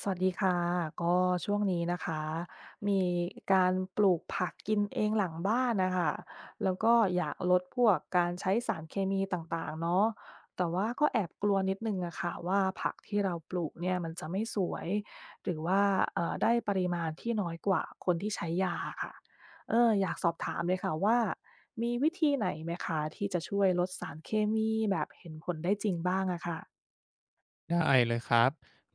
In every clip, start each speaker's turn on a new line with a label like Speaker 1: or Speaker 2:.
Speaker 1: สวัสดีค่ะก็ช่วงนี้นะคะมีการปลูกผักกินเองหลังบ้านนะคะแล้วก็อยากลดพวกการใช้สารเคมีต่างๆเนาะแต่ว่าก็แอบกลัวนิดนึงอะค่ะว่าผักที่เราปลูกเนี่ยมันจะไม่สวยหรือว่าได้ปริมาณที่น้อยกว่าคนที่ใช้ยาอค่ะอยากสอบถามเลยค่ะว่ามีวิธีไหนไหมคะที่จะช่วยลดสารเคมีแบบเห็นผลได้จริงบ้างอะค่ะ
Speaker 2: ได้เลยครับ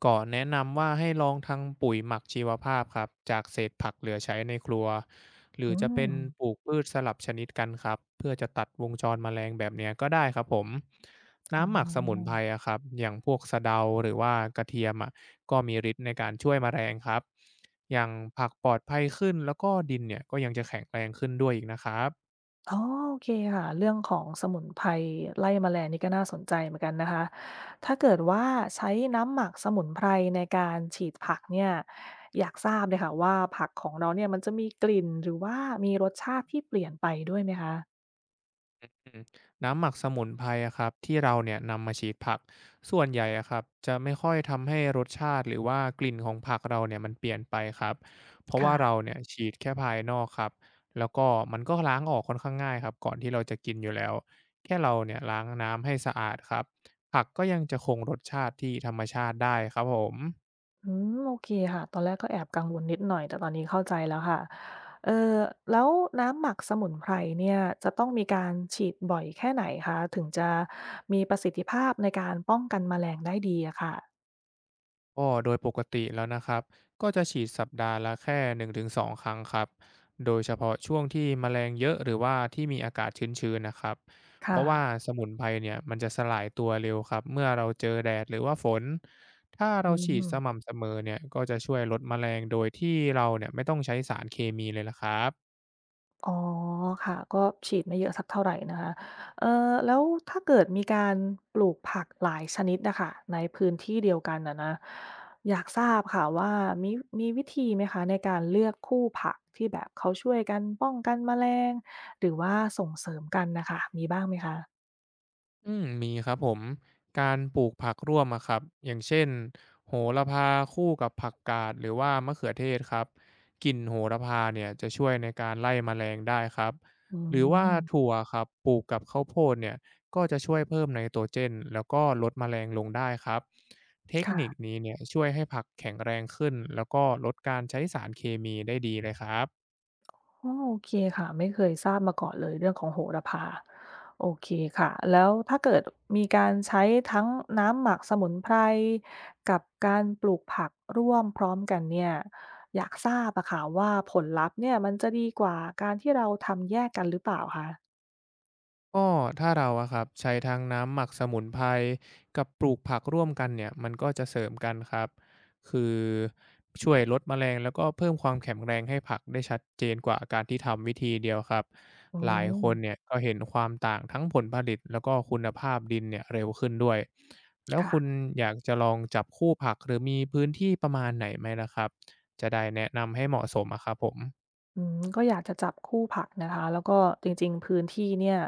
Speaker 2: ก่อนแนะนำว่าให้ลองทำปุ๋ยหมักชีวภาพครับจากเศษผักเหลือใช้ในครัวหรือ
Speaker 1: อื
Speaker 2: จะเป็
Speaker 1: ม
Speaker 2: นปลูกพืชสลับชนิดกันครับเพื่อจะตัดวงจรแมลงแบบเนี้ยก็ได้ครับผม
Speaker 1: อ๋อ
Speaker 2: น้ำหมักสมุนไพรอะครับอย่างพวกสะเดาหรือว่ากระเทียมอะก็มีฤทธิ์ในการช่วยแมลงครับอย่างผักปลอดภัยขึ้นแล้วก็ดินเนี่ยก็ยังจะแข็งแรงขึ้นด้วยอีกนะครับ
Speaker 1: อ๋อโอเคค่ะเรื่องของสมุนไพรไล่แมลงนี่ก็น่าสนใจเหมือนกันนะคะ ถ้าเกิดว่าใช้น้ำหมักสมุนไพรในการฉีดผักเนี่ย อยากทราบเลยค่ะว่าผักของเราเนี่ยมันจะมีกลิ่นหรือว่ามีรสชาติที่เปลี่ยนไปด้วยไหมคะ
Speaker 2: อืมน้ำหมักสมุนไพรอะครับที่เราเนี่ยนำมาฉีดผักส่วนใหญ่อะครับจะไม่ค่อยทำให้รสชาติหรือว่ากลิ่นของผักเราเนี่ยมันเปลี่ยนไปครับเพราะว่าเรา
Speaker 1: ค่ะ
Speaker 2: เนี่ยฉีดแค่ภายนอกครับแล้วก็มันก็ล้างออกค่อนข้างง่ายครับก่อนที่เราจะกินอยู่แล้วแค่เราเนี่ยล้างน้ำให้สะอาดครับผักก็ยังจะคงรสชาติที่ธรรมชาติได้ครับผม
Speaker 1: โอเคค่ะตอนแรกก็แอบกังวลนิดหน่อยแต่ตอนนี้เข้าใจแล้วค่ะเออแล้วน้ำหมักสมุนไพรเนี่ยจะต้องมีการฉีดบ่อยแค่ไหนคะถึงจะมีประสิทธิภาพในการป้องกันแมลงได้ดีอะค่ะ
Speaker 2: ก็โดยปกติแล้วนะครับ ก็จะฉีดสัปดาห์ละแค่1-2ครั้งครับ โดยเฉพาะช่วงที่แมลงเยอะหรือว่าที่มีอากาศชื้นๆนะครับ
Speaker 1: ค
Speaker 2: เพราะว่า
Speaker 1: ่ะ
Speaker 2: สมุนไพรเนี่ยมันจะสลายตัวเร็วครับ เมื่อเราเจอแดดหรือว่าฝน ถ้าเรา
Speaker 1: อื
Speaker 2: ฉีดส
Speaker 1: ม
Speaker 2: ม่ำเสมอเนี่ยก็จะช่วยลดแมลงโดยที่เราเนี่ยไม่ต้องใช้สารเคมีเลยละครับ
Speaker 1: อ๋อค่ะ ก็ฉีดไม่เยอะสักเท่าไรนะคะเอ่แล้วถ้าเกิดมีการปลูกผักหลายชนิดน่ะค่ะในพื้นที่เดียวกันน่ะนะอยากทราบค่ะว่ามีวิธีไหมคะในการเลือกคู่ผักที่แบบเขาช่วยกันป้องกันแมลงหรือว่าส่งเสริมกันน่ะค่ะมีบ้างไหมคะ
Speaker 2: อืมมีครับผมการปลูกผักร่วมอะครับอย่างเช่นโหระพาคู่กับผักกาดหรือว่ามะเขือเทศครับกลิ่นโหระพาเนี่ยจะช่วยในการไล่แมลงได้ครับ
Speaker 1: อื
Speaker 2: หรือว่า
Speaker 1: ม
Speaker 2: ถั่วครับปลูกกับข้าวโพดเนี่ยก็จะช่วยเพิ่มไนโตรเจนแล้วก็ลดแมลงลงได้ครับเทคนิค
Speaker 1: ค่ะ
Speaker 2: นี้เนี่ยช่วยให้ผักแข็งแรงขึ้นแล้วก็ลดการใช้สารเคมีได้ดีเลยครับ
Speaker 1: อ๋อโอเคค่ะไม่เคยทราบมาก่อนเลยเรื่องของโหระพาโอเคค่ะแล้วถ้าเกิดมีการใช้ทั้งน้ำหมักสมุนไพรกับการปลูกผักร่วมพร้อมกันเนี่ยอยากทราบอะค่ะว่าผลลัพธ์เนี่ยมันจะดีกว่าการที่เราทำแยกกันหรือเปล่าคะ
Speaker 2: ก็ถ้าเราอะครับใช้ทั้งน้ำหมักสมุนไพรกับปลูกผักร่วมกันเนี่ยมันก็จะเสริมกันครับคือช่วยลดแมลงแล้วก็เพิ่มความแข็งแรงให้ผักได้ชัดเจนกว่าการที่ทำวิธีเดียวครับ
Speaker 1: อื
Speaker 2: หลายค
Speaker 1: ม
Speaker 2: นเนี่ยก็เห็นความต่างทั้งผลผลิตแล้วก็คุณภาพดินเนี่ยเร็วขึ้นด้วยแล้วคุณ
Speaker 1: ค่ะ
Speaker 2: อยากจะลองจับคู่ผักหรือมีพื้นที่ประมาณไหนไหมล่ะครับจะได้แนะนำให้เหมาะสมอะครับผม
Speaker 1: อืมก็อยากจะจับคู่ผักนะคะแล้วก็จริงๆพื้นที่เนี่ย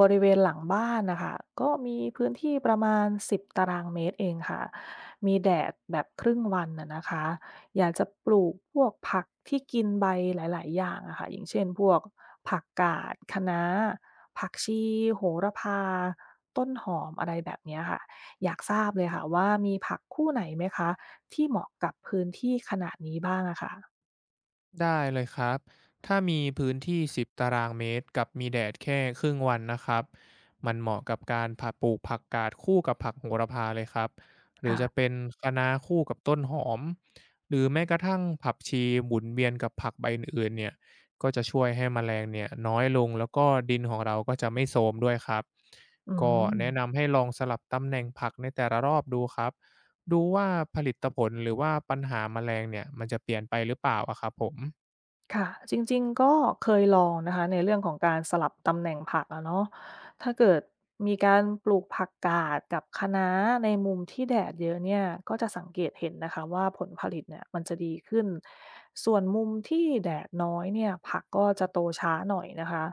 Speaker 1: บริเวณหลังบ้านน่ะค่ะก็มีพื้นที่ประมาณ10 ตารางเมตรเองค่ะมีแดดแบบครึ่งวันอะนะคะอยากจะปลูกพวกผักที่กินใบหลายๆอย่างอะค่ะอย่างเช่นพวกผักกาดคะน้าผักชีโหระพาต้นหอมอะไรแบบเนี้ยค่ะอยากทราบเลยค่ะว่ามีผักคู่ไหนไหมคะที่เหมาะกับพื้นที่ขนาดนี้บ้างอะค่ะ
Speaker 2: ได้เลยครับ ถ้ามีพื้นที่10ตารางเมตรกับมีแดดแค่ครึ่งวันนะครับมันเหมาะกับการผักปลูกผักกาดคู่กับผักโหระพาเลยครับหรือจะ
Speaker 1: ค่ะ
Speaker 2: เป็นคะน้าคู่กับต้นหอมหรือแม้กระทั่งผักชีหมุนเวียนกับผักใบอื่นๆเนี่ยก็จะช่วยให้แมลงเนี่ยน้อยลงแล้วก็ดินของเราก็จะไม่โทรมด้วยครับ
Speaker 1: อื
Speaker 2: ก็
Speaker 1: ม
Speaker 2: แนะนำให้ลองสลับตำแหน่งผักในแต่ละรอบดูครับดูว่าผลิตผลหรือว่าปัญหาแมลงเนี่ยมันจะเปลี่ยนไปหรือเปล่าอะครับผม
Speaker 1: ค่ะจริงๆก็เคยลองนะคะในเรื่องของการสลับตำแหน่งผักอะเนาะถ้าเกิดมีการปลูกผักกาดกับคะน้าในมุมที่แดดเยอะเนี่ยก็จะสังเกตเห็นนะคะว่าผลผลิตเนี่ยมันจะดีขึ้นส่วนมุมที่แดดน้อยเนี่ยผักก็จะโตช้าหน่อยนะคะ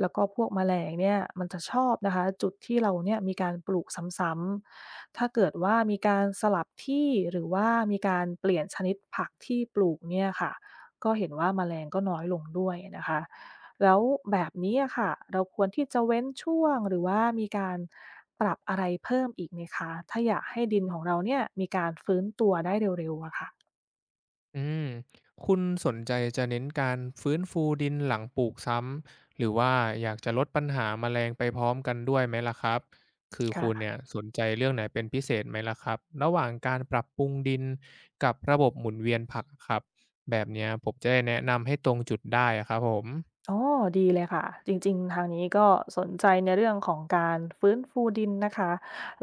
Speaker 1: แล้วก็พวกแมลงเนี่ยมันจะชอบนะคะจุดที่เราเนี่ยมีการปลูกซ้ำๆถ้าเกิดว่ามีการสลับที่หรือว่ามีการเปลี่ยนชนิดผักที่ปลูกเนี่ยค่ะ ก็เห็นว่าแมลงก็น้อยลงด้วยนะคะ แล้วแบบนี้อะค่ะ เราควรที่จะเว้นช่วงหรือว่ามีการปรับอะไรเพิ่มอีกไหมคะ ถ้าอยากให้ดินของเราเนี่ยมีการฟื้นตัวได้เร็วๆอะค่ะ
Speaker 2: อืมคุณสนใจจะเน้นการฟื้นฟูดินหลังปลูกซ้ำหรือว่าอยากจะลดปัญหาแมลงไปพร้อมกันด้วยไหมล่ะครับคือคุณ
Speaker 1: ะ
Speaker 2: เนี่ยสนใจเรื่องไหนเป็นพิเศษไหมล่ะครับระหว่างการปรับปรุงดินกับระบบหมุนเวียนผักครับแบบเนี้ยผมจะได้แนะนำให้ตรงจุดได้อะครับผม
Speaker 1: อ๋อดีเลยค่ะ จริงๆ ทางนี้ก็สนใจในเรื่องของการฟื้นฟูดินนะคะ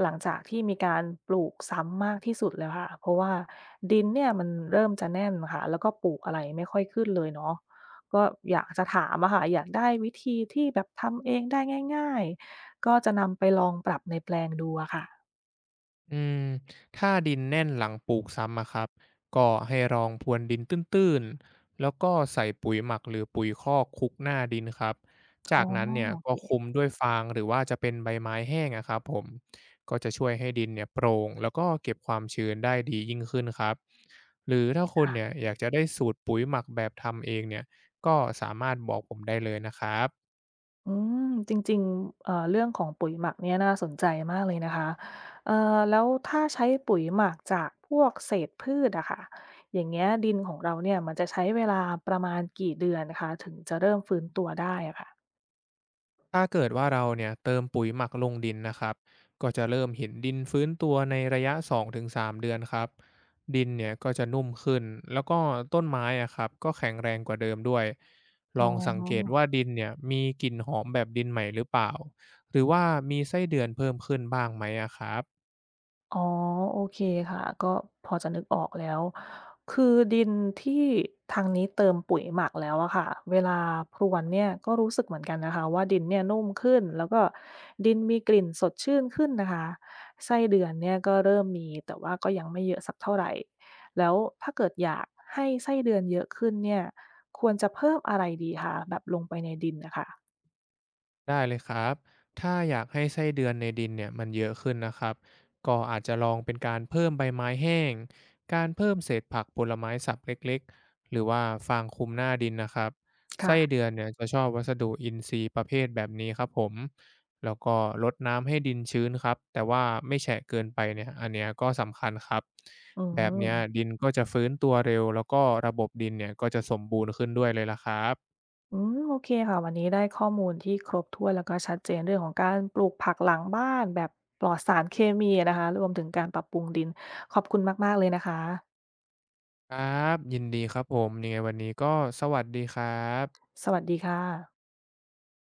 Speaker 1: หลังจากที่มีการปลูกซ้ำมากที่สุดแล้วค่ะ เพราะว่าดินเนี่ยมันเริ่มจะแน่นค่ะแล้วก็ปลูกอะไรไม่ค่อยขึ้นเลยเนาะก็อยากจะถามอะค่ะอยากได้วิธีที่แบบทำเองได้ง่ายๆ ก็จะนำไปลองปรับในแปลงดูอะค่ะ
Speaker 2: อืมถ้าดินแน่นหลังปลูกซ้ำอะครับก็ให้รองพรวนดินตื้นๆแล้วก็ใส่ปุ๋ยหมักหรือปุ๋ยคอกคลุกหน้าดินครับจา
Speaker 1: อ๋อ
Speaker 2: กนั้นเนี่ย
Speaker 1: โอ
Speaker 2: ก็
Speaker 1: เค
Speaker 2: คลุมด้วยฟางหรือว่าจะเป็นใบไม้แห้งอะครับผมก็จะช่วยให้ดินเนี่ยโปร่งแล้วก็เก็บความชื้นได้ดียิ่งขึ้นครับหรือถ้าคุณ
Speaker 1: ค่ะ
Speaker 2: เนี่ยอยากจะได้สูตรปุ๋ยหมักแบบทำเองเนี่ยก็สามารถบอกผมได้เลยนะครับ
Speaker 1: อืมจริงๆเรื่องของปุ๋ยหมักเนี่ยน่าสนใจมากเลยนะคะเอ่อแล้วถ้าใช้ปุ๋ยหมักจากพวกเศษพืชอะค่ะอย่างเงี้ยดินของเราเนี่ยมันจะใช้เวลาประมาณกี่เดือนคะถึงจะเริ่มฟื้นตัวได้อะค่ะ
Speaker 2: ถ้าเกิดว่าเราเนี่ยเติมปุ๋ยหมักลงดินนะครับก็จะเริ่มเห็นดินฟื้นตัวในระยะ2-3เดือนครับดินเนี่ยก็จะนุ่มขึ้นแล้วก็ต้นไม้อะครับก็แข็งแรงกว่าเดิมด้วยล
Speaker 1: อ๋
Speaker 2: องสังเกต
Speaker 1: อ
Speaker 2: ว่าดินเนี่ยมีกลิ่นหอมแบบดินใหม่หรือเปล่าหรือว่ามีไส้เดือนเพิ่มขึ้นบ้างไหมอะครับ
Speaker 1: อ๋อโอเคค่ะก็พอจะนึกออกแล้วคือดินที่ทางนี้เติมปุ๋ยหมักแล้วอะค่ะเวลาพรวนเนี่ยก็รู้สึกเหมือนกันนะคะว่าดินเนี่ยนุ่มขึ้นแล้วก็ดินมีกลิ่นสดชื่นขึ้นนะคะไส้เดือนเนี่ยก็เริ่มมีแต่ว่าก็ยังไม่เยอะสักเท่าไหร่แล้วถ้าเกิดอยากให้ไส้เดือนเยอะขึ้นเนี่ยควรจะเพิ่มอะไรดีคะแบบลงไปในดินนะคะ
Speaker 2: ได้เลยครับ ถ้าอยากให้ไส้เดือนในดินเนี่ยมันเยอะขึ้นนะครับ ก็อาจจะลองเป็นการเพิ่มใบไม้แห้งการเพิ่มเศษผักผลไม้สับเล็กๆหรือว่าฟางคลุมหน้าดินนะครับ ไส้
Speaker 1: ค่ะ
Speaker 2: เดือนเนี่ยจะชอบวัสดุอินทรีย์ประเภทแบบนี้ครับผม แล้วก็รดน้ำให้ดินชื้นครับ แต่ว่าไม่แฉะเกินไปเนี่ย อันเนี้ยก็สำคัญครับ
Speaker 1: อื
Speaker 2: แบบเนี้ย
Speaker 1: ม
Speaker 2: ดินก็จะฟื้นตัวเร็วแล้วก็ระบบดินเนี่ยก็จะสมบูรณ์ขึ้นด้วยเลยละครับ
Speaker 1: อืมโอเคค่ะวันนี้ได้ข้อมูลที่ครบถ้วนแล้วก็ชัดเจนเรื่องของการปลูกผักหลังบ้านแบบปลอดสารเคมีนะคะรวมถึงการปรับปรุงดินขอบคุณมากๆเลยนะคะ
Speaker 2: ครับยินดีครับผมยังไงวันนี้ก็สวัสดีครับ
Speaker 1: สวัสดีค่ะ